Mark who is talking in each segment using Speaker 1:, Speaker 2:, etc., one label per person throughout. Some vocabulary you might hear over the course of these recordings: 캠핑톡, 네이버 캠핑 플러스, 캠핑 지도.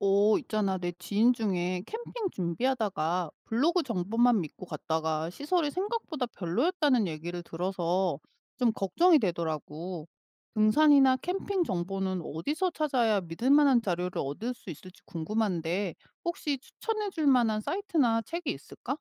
Speaker 1: 있잖아. 내 지인 중에 캠핑 준비하다가 블로그 정보만 믿고 갔다가 시설이 생각보다 별로였다는 얘기를 들어서 좀 걱정이 되더라고. 등산이나 캠핑 정보는 어디서 찾아야 믿을 만한 자료를 얻을 수 있을지 궁금한데 혹시 추천해 줄 만한 사이트나 책이 있을까?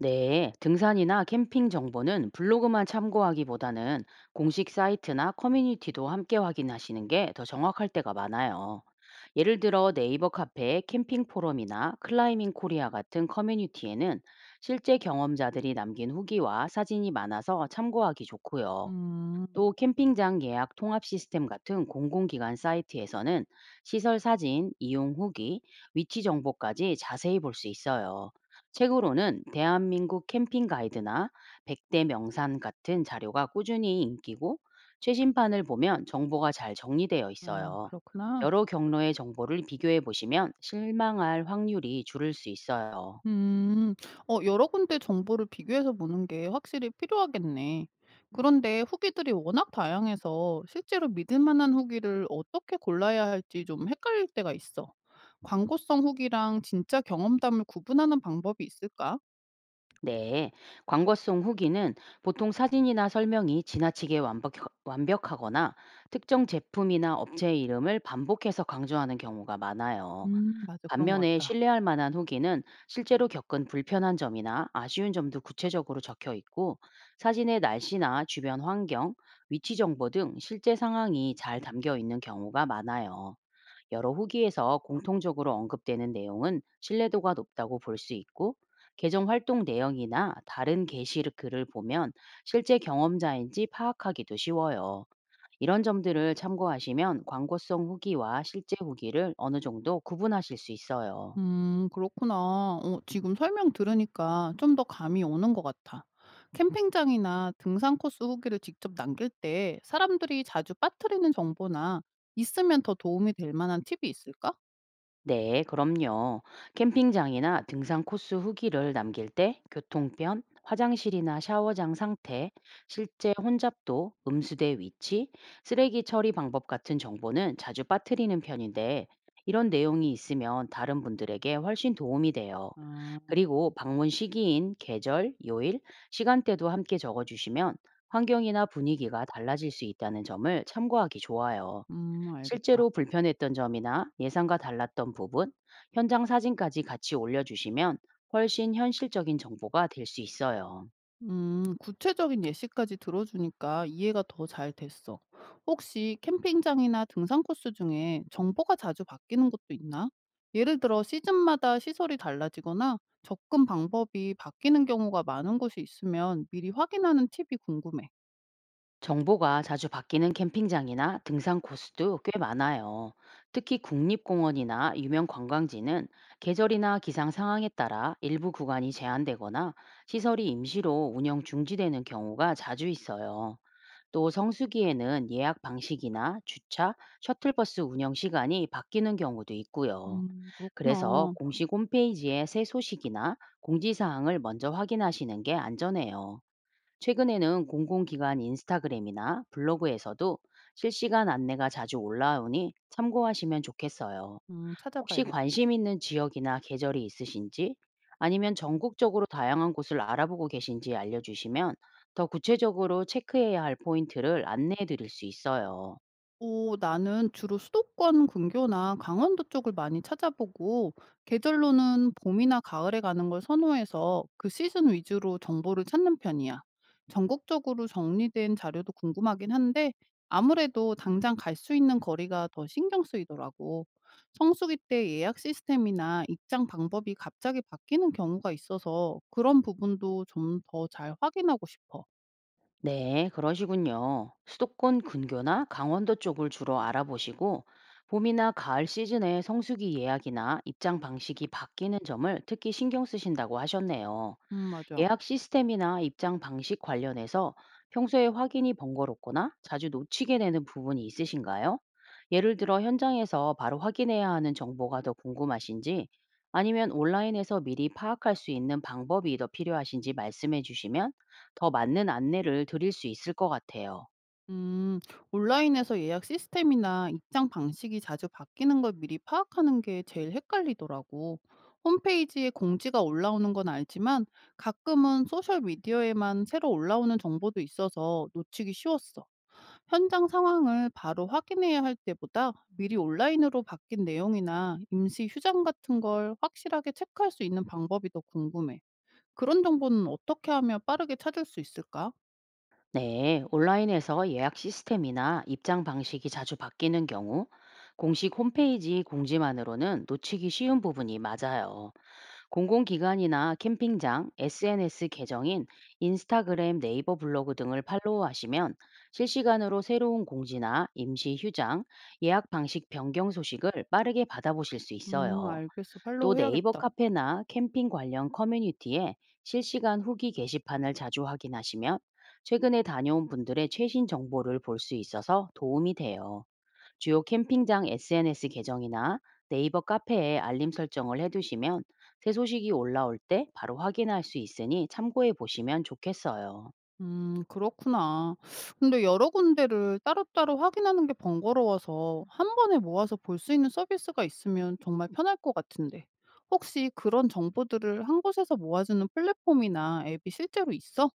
Speaker 2: 네, 등산이나 캠핑 정보는 블로그만 참고하기보다는 공식 사이트나 커뮤니티도 함께 확인하시는 게 더 정확할 때가 많아요. 예를 들어 네이버 카페의 캠핑 포럼이나 클라이밍 코리아 같은 커뮤니티에는 실제 경험자들이 남긴 후기와 사진이 많아서 참고하기 좋고요.
Speaker 1: 음,
Speaker 2: 또 캠핑장 예약 통합 시스템 같은 공공기관 사이트에서는 시설 사진, 이용 후기, 위치 정보까지 자세히 볼 수 있어요. 책으로는 대한민국 캠핑 가이드나 100대 명산 같은 자료가 꾸준히 인기고 최신판을 보면 정보가 잘 정리되어
Speaker 1: 아,
Speaker 2: 있어요.
Speaker 1: 그렇구나.
Speaker 2: 여러 경로의 정보를 비교해 보시면 실망할 확률이 줄을 수 있어요.
Speaker 1: 음. 여러 군데 정보를 비교해서 보는 게 확실히 필요하겠네. 그런데 후기들이 워낙 다양해서 실제로 믿을 만한 후기를 어떻게 골라야 할지 좀 헷갈릴 때가 있어. 광고성 후기랑 진짜 경험담을 구분하는 방법이 있을까?
Speaker 2: 네, 광고송 후기는 보통 사진이나 설명이 지나치게 완벽하거나 특정 제품이나 업체 이름을 반복해서 강조하는 경우가 많아요.
Speaker 1: 맞아. 그런 것
Speaker 2: 반면에
Speaker 1: 같다.
Speaker 2: 신뢰할 만한 후기는 실제로 겪은 불편한 점이나 아쉬운 점도 구체적으로 적혀 있고 사진의 날씨나 주변 환경, 위치 정보 등 실제 상황이 잘 담겨 있는 경우가 많아요. 여러 후기에서 공통적으로 언급되는 내용은 신뢰도가 높다고 볼 수 있고, 계정 활동 내용이나 다른 게시 글을 보면 실제 경험자인지 파악하기도 쉬워요. 이런
Speaker 1: 음.
Speaker 2: 점들을 참고하시면 광고성 후기와 실제 후기를 어느 정도 구분하실 수 있어요.
Speaker 1: 그렇구나. 지금 설명 들으니까 좀 더 감이 오는 것 같아. 캠핑장이나 등산 코스 후기를 직접 남길 때 사람들이 자주 빠뜨리는 정보나 있으면 더 도움이 될 만한 팁이 있을까?
Speaker 2: 네, 그럼요. 캠핑장이나 등산 코스 후기를 남길 때 교통편, 화장실이나 샤워장 상태, 실제 혼잡도, 음수대 위치, 쓰레기 처리 방법 같은 정보는 자주 빠뜨리는 편인데 이런 내용이 있으면 다른 분들에게 훨씬 도움이 돼요.
Speaker 1: 아,
Speaker 2: 그리고 방문 시기인 계절, 요일, 시간대도 함께 적어주시면 환경이나 분위기가 달라질 수 있다는 점을 참고하기 좋아요.
Speaker 1: 알겠다.
Speaker 2: 실제로 불편했던 점이나 예상과 달랐던 부분, 현장 사진까지 같이 올려주시면 훨씬 현실적인 정보가 될 수 있어요.
Speaker 1: 구체적인 예시까지 들어주니까 이해가 더 잘 됐어. 혹시 캠핑장이나 등산 코스 중에 정보가 자주 바뀌는 곳도 있나? 예를 들어 시즌마다 시설이 달라지거나 접근 방법이 바뀌는 경우가 많은 곳이 있으면 미리 확인하는 팁이 궁금해.
Speaker 2: 정보가 자주 바뀌는 캠핑장이나 등산 코스도 꽤 많아요. 특히 국립공원이나 유명 관광지는 계절이나 기상 상황에 따라 일부 구간이 제한되거나 시설이 임시로 운영 중지되는 경우가 자주 있어요. 또 성수기에는 예약 방식이나 주차, 셔틀버스 운영 시간이 바뀌는 경우도 있고요. 그래서
Speaker 1: 그렇구나.
Speaker 2: 공식 홈페이지에 새 소식이나 공지사항을 먼저 확인하시는 게 안전해요. 최근에는 공공기관 인스타그램이나 블로그에서도 실시간 안내가 자주 올라오니 참고하시면 좋겠어요. 혹시
Speaker 1: 찾아봐야겠다.
Speaker 2: 관심 있는 지역이나 계절이 있으신지 아니면 전국적으로 다양한 곳을 알아보고 계신지 알려주시면 더 구체적으로 체크해야 할 포인트를 안내해 드릴 수 있어요.
Speaker 1: 오 나는 주로 수도권 근교나 강원도 쪽을 많이 찾아보고 계절로는 봄이나 가을에 가는 걸 선호해서 그 시즌 위주로 정보를 찾는 편이야. 전국적으로 정리된 자료도 궁금하긴 한데 아무래도 당장 갈 수 있는 거리가 더 신경 쓰이더라고. 성수기 때 예약 시스템이나 입장 방법이 갑자기 바뀌는 경우가 있어서 그런 부분도 좀 더 잘 확인하고 싶어.
Speaker 2: 네, 그러시군요. 수도권 근교나 강원도 쪽을 주로 알아보시고 봄이나 가을 시즌에 성수기 예약이나 입장 방식이 바뀌는 점을 특히 신경 쓰신다고 하셨네요.
Speaker 1: 맞아.
Speaker 2: 예약 시스템이나 입장 방식 관련해서 평소에 확인이 번거롭거나 자주 놓치게 되는 부분이 있으신가요? 예를 들어 현장에서 바로 확인해야 하는 정보가 더 궁금하신지 아니면 온라인에서 미리 파악할 수 있는 방법이 더 필요하신지 말씀해 주시면 더 맞는 안내를 드릴 수 있을 것 같아요.
Speaker 1: 음, 온라인에서 예약 시스템이나 입장 방식이 자주 바뀌는 걸 미리 파악하는 게 제일 헷갈리더라고. 홈페이지에 공지가 올라오는 건 알지만 가끔은 소셜미디어에만 새로 올라오는 정보도 있어서 놓치기 쉬웠어. 현장 상황을 바로 확인해야 할 때보다 미리 온라인으로 바뀐 내용이나 임시 휴장 같은 걸 확실하게 체크할 수 있는 방법이 더 궁금해. 그런 정보는 어떻게 하면 빠르게 찾을 수 있을까?
Speaker 2: 네, 온라인에서 예약 시스템이나 입장 방식이 자주 바뀌는 경우 공식 홈페이지 공지만으로는 놓치기 쉬운 부분이 맞아요. 공공기관이나 캠핑장, SNS 계정인 인스타그램, 네이버 블로그 등을 팔로우하시면 실시간으로 새로운 공지나 임시 휴장, 예약 방식 변경 소식을 빠르게 받아보실 수 있어요.
Speaker 1: 알겠어.
Speaker 2: 또
Speaker 1: 팔로우
Speaker 2: 네이버
Speaker 1: 해야겠다.
Speaker 2: 카페나 캠핑 관련 커뮤니티에 실시간 후기 게시판을 자주 확인하시면 최근에 다녀온 분들의 최신 정보를 볼 수 있어서 도움이 돼요. 주요 캠핑장 SNS 계정이나 네이버 카페에 알림 설정을 해두시면 새 소식이 올라올 때 바로 확인할 수 있으니 참고해 보시면 좋겠어요.
Speaker 1: 그렇구나. 근데 여러 군데를 따로따로 확인하는 게 번거로워서 한 번에 모아서 볼 수 있는 서비스가 있으면 정말 편할 것 같은데. 혹시 그런 정보들을 한 곳에서 모아주는 플랫폼이나 앱이 실제로 있어?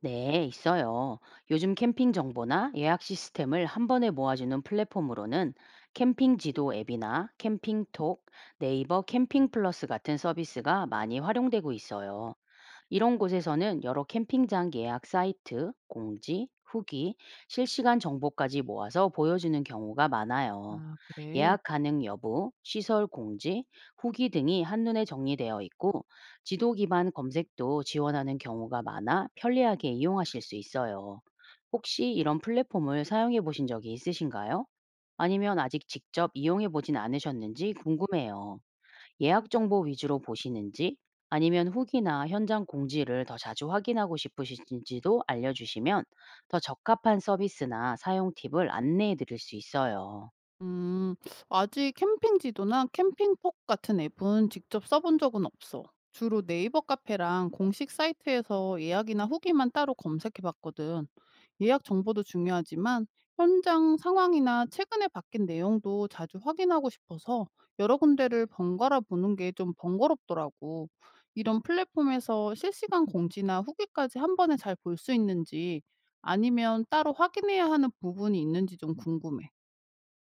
Speaker 2: 네, 있어요. 요즘 캠핑 정보나 예약 시스템을 한 번에 모아주는 플랫폼으로는 캠핑 지도 앱이나 캠핑톡, 네이버 캠핑 플러스 같은 서비스가 많이 활용되고 있어요. 이런 곳에서는 여러 캠핑장 예약 사이트, 공지, 후기, 실시간 정보까지 모아서 보여주는 경우가 많아요.
Speaker 1: 아 그래.
Speaker 2: 예약 가능 여부, 시설 공지, 후기 등이 한눈에 정리되어 있고 지도 기반 검색도 지원하는 경우가 많아 편리하게 이용하실 수 있어요. 혹시 이런 플랫폼을 사용해 보신 적이 있으신가요? 아니면 아직 직접 이용해 보진 않으셨는지 궁금해요. 예약 정보 위주로 보시는지 아니면 후기나 현장 공지를 더 자주 확인하고 싶으신지도 알려주시면 더 적합한 서비스나 사용 팁을 안내해 드릴 수 있어요.
Speaker 1: 음. 아직 캠핑 지도나 캠핑폭 같은 앱은 직접 써본 적은 없어. 주로 네이버 카페랑 공식 사이트에서 예약이나 후기만 따로 검색해 봤거든. 예약 정보도 중요하지만 현장 상황이나 최근에 바뀐 내용도 자주 확인하고 싶어서 여러 군데를 번갈아 보는 게 좀 번거롭더라고. 이런 플랫폼에서 실시간 공지나 후기까지 한 번에 잘 볼 수 있는지 아니면 따로 확인해야 하는 부분이 있는지 좀 궁금해.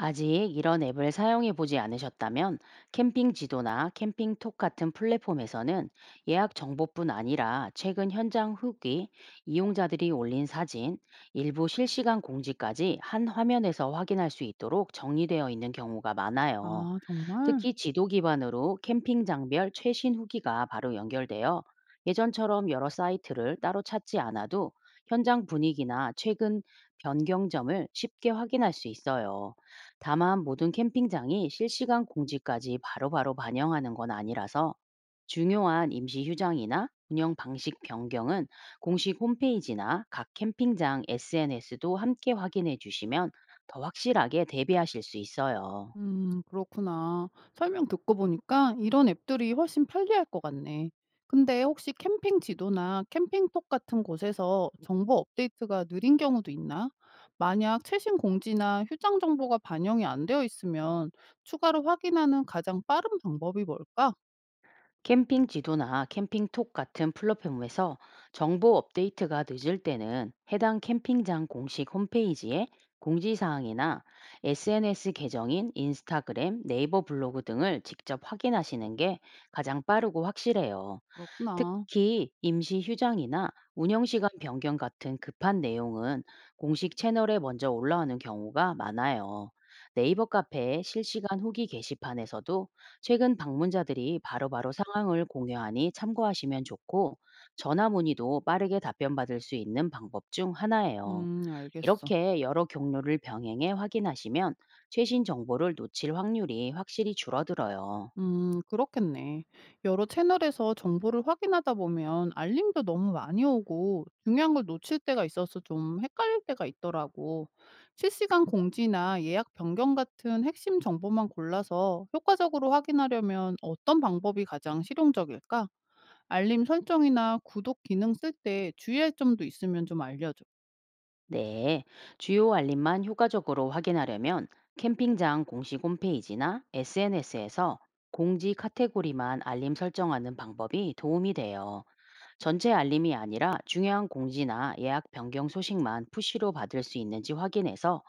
Speaker 2: 아직 이런 앱을 사용해 보지 않으셨다면 캠핑 지도나 캠핑톡 같은 플랫폼에서는 예약 정보뿐 아니라 최근 현장 후기, 이용자들이 올린 사진, 일부 실시간 공지까지 한 화면에서 확인할 수 있도록 정리되어 있는 경우가 많아요.
Speaker 1: 아 정말?
Speaker 2: 특히 지도 기반으로 캠핑장별 최신 후기가 바로 연결되어 예전처럼 여러 사이트를 따로 찾지 않아도 현장 분위기나 최근 변경점을 쉽게 확인할 수 있어요. 다만 모든 캠핑장이 실시간 공지까지 바로바로 반영하는 건 아니라서 중요한 임시 휴장이나 운영 방식 변경은 공식 홈페이지나 각 캠핑장 SNS도 함께 확인해 주시면 더 확실하게 대비하실 수 있어요.
Speaker 1: 그렇구나. 설명 듣고 보니까 이런 앱들이 훨씬 편리할 것 같네. 근데 혹시 캠핑 지도나 캠핑톡 같은 곳에서 정보 업데이트가 느린 경우도 있나? 만약 최신 공지나 휴장 정보가 반영이 안 되어 있으면 추가로 확인하는 가장 빠른 방법이 뭘까?
Speaker 2: 캠핑 지도나 캠핑톡 같은 플랫폼에서 정보 업데이트가 늦을 때는 해당 캠핑장 공식 홈페이지에 공지사항이나 SNS 계정인 인스타그램, 네이버 블로그 등을 직접 확인하시는 게 가장 빠르고 확실해요.
Speaker 1: 그렇구나.
Speaker 2: 특히 임시 휴장이나 운영 시간 변경 같은 급한 내용은 공식 채널에 먼저 올라오는 경우가 많아요. 네이버 카페 실시간 후기 게시판에서도 최근 방문자들이 바로바로 상황을 공유하니 참고하시면 좋고 전화 문의도 빠르게 답변받을 수 있는 방법 중 하나예요.
Speaker 1: 알겠어.
Speaker 2: 이렇게 여러 경로를 병행해 확인하시면 최신 정보를 놓칠 확률이 확실히 줄어들어요.
Speaker 1: 그렇겠네. 여러 채널에서 정보를 확인하다 보면 알림도 너무 많이 오고 중요한 걸 놓칠 때가 있어서 좀 헷갈릴 때가 있더라고. 실시간 공지나 예약 변경 같은 핵심 정보만 골라서 효과적으로 확인하려면 어떤 방법이 가장 실용적일까? 알림 설정이나 구독 기능 쓸 때 주의할 점도 있으면 좀 알려줘.
Speaker 2: 네, 주요 알림만 효과적으로 확인하려면 캠핑장 공식 홈페이지나 SNS에서 공지 카테고리만 알림 설정하는 방법이 도움이 돼요. 전체 알림이 아니라 중요한 공지나 예약 변경 소식만 푸시로 받을 수 있는지 확인해서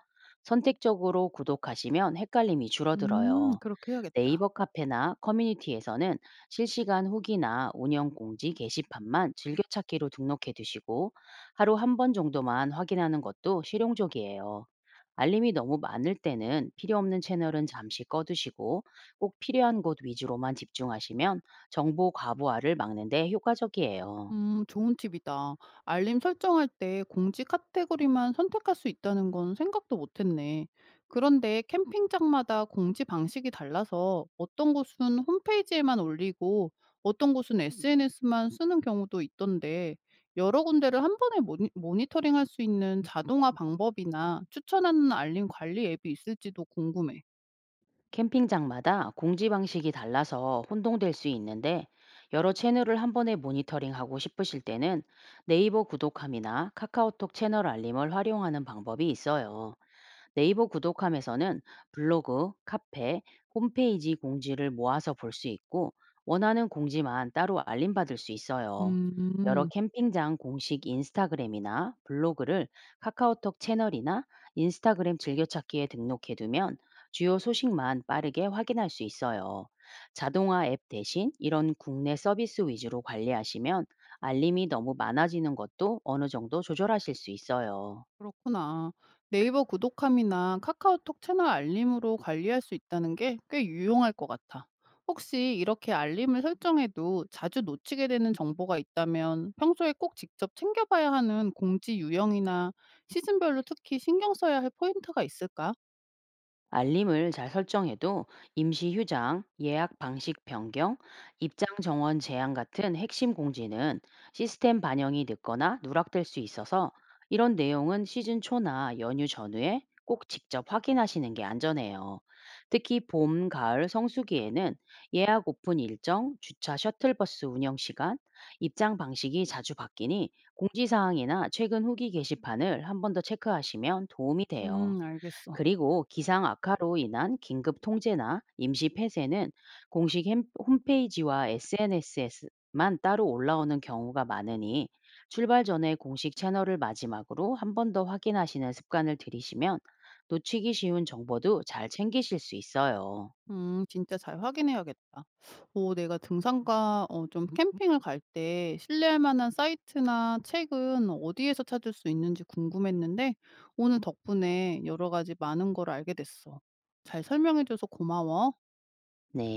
Speaker 2: 선택적으로 구독하시면 헷갈림이 줄어들어요.
Speaker 1: 그렇게 해야겠다.
Speaker 2: 네이버 카페나 커뮤니티에서는 실시간 후기나 운영 공지 게시판만 즐겨찾기로 등록해 두시고 하루 한 번 정도만 확인하는 것도 실용적이에요. 알림이 너무 많을 때는 필요 없는 채널은 잠시 꺼두시고 꼭 필요한 곳 위주로만 집중하시면 정보 과부하를 막는 데 효과적이에요.
Speaker 1: 좋은 팁이다. 알림 설정할 때 공지 카테고리만 선택할 수 있다는 건 생각도 못했네. 그런데 캠핑장마다 공지 방식이 달라서 어떤 곳은 홈페이지에만 올리고 어떤 곳은 SNS만 쓰는 경우도 있던데 여러 군데를 한 번에 모니터링할 수 있는 자동화 방법이나 추천하는 알림 관리 앱이 있을지도 궁금해.
Speaker 2: 캠핑장마다 공지 방식이 달라서 혼동될 수 있는데 여러 채널을 한 번에 모니터링하고 싶으실 때는 네이버 구독함이나 카카오톡 채널 알림을 활용하는 방법이 있어요. 네이버 구독함에서는 블로그, 카페, 홈페이지 공지를 모아서 볼 수 있고 원하는 공지만 따로 알림받을 수 있어요. 여러
Speaker 1: 음.
Speaker 2: 캠핑장 공식 인스타그램이나 블로그를 카카오톡 채널이나 인스타그램 즐겨찾기에 등록해두면 주요 소식만 빠르게 확인할 수 있어요. 자동화 앱 대신 이런 국내 서비스 위주로 관리하시면 알림이 너무 많아지는 것도 어느 정도 조절하실 수 있어요.
Speaker 1: 그렇구나. 네이버 구독함이나 카카오톡 채널 알림으로 관리할 수 있다는 게 꽤 유용할 것 같아. 혹시 이렇게 알림을 설정해도 자주 놓치게 되는 정보가 있다면 평소에 꼭 직접 챙겨봐야 하는 공지 유형이나 시즌별로 특히 신경 써야 할 포인트가 있을까?
Speaker 2: 알림을 잘 설정해도 임시 휴장, 예약 방식 변경, 입장 정원 제한 같은 핵심 공지는 시스템 반영이 늦거나 누락될 수 있어서 이런 내용은 시즌 초나 연휴 전후에 꼭 직접 확인하시는 게 안전해요. 특히 봄, 가을, 성수기에는 예약 오픈 일정, 주차 셔틀버스 운영 시간, 입장 방식이 자주 바뀌니 공지사항이나 최근 후기 게시판을 한 번 더 체크하시면 도움이 돼요.
Speaker 1: 알겠어.
Speaker 2: 그리고 기상 악화로 인한 긴급 통제나 임시 폐쇄는 공식 홈페이지와 SNS만 따로 올라오는 경우가 많으니 출발 전에 공식 채널을 마지막으로 한 번 더 확인하시는 습관을 들이시면 놓치기 쉬운 정보도 잘 챙기실 수 있어요.
Speaker 1: 진짜 잘 확인해야겠다. 오, 내가 등산과 좀 캠핑을 갈 때 신뢰할 만한 사이트나 책은 어디에서 찾을 수 있는지 궁금했는데 오늘 덕분에 여러 가지 많은 걸 알게 됐어. 잘 설명해 줘서 고마워.
Speaker 2: 네.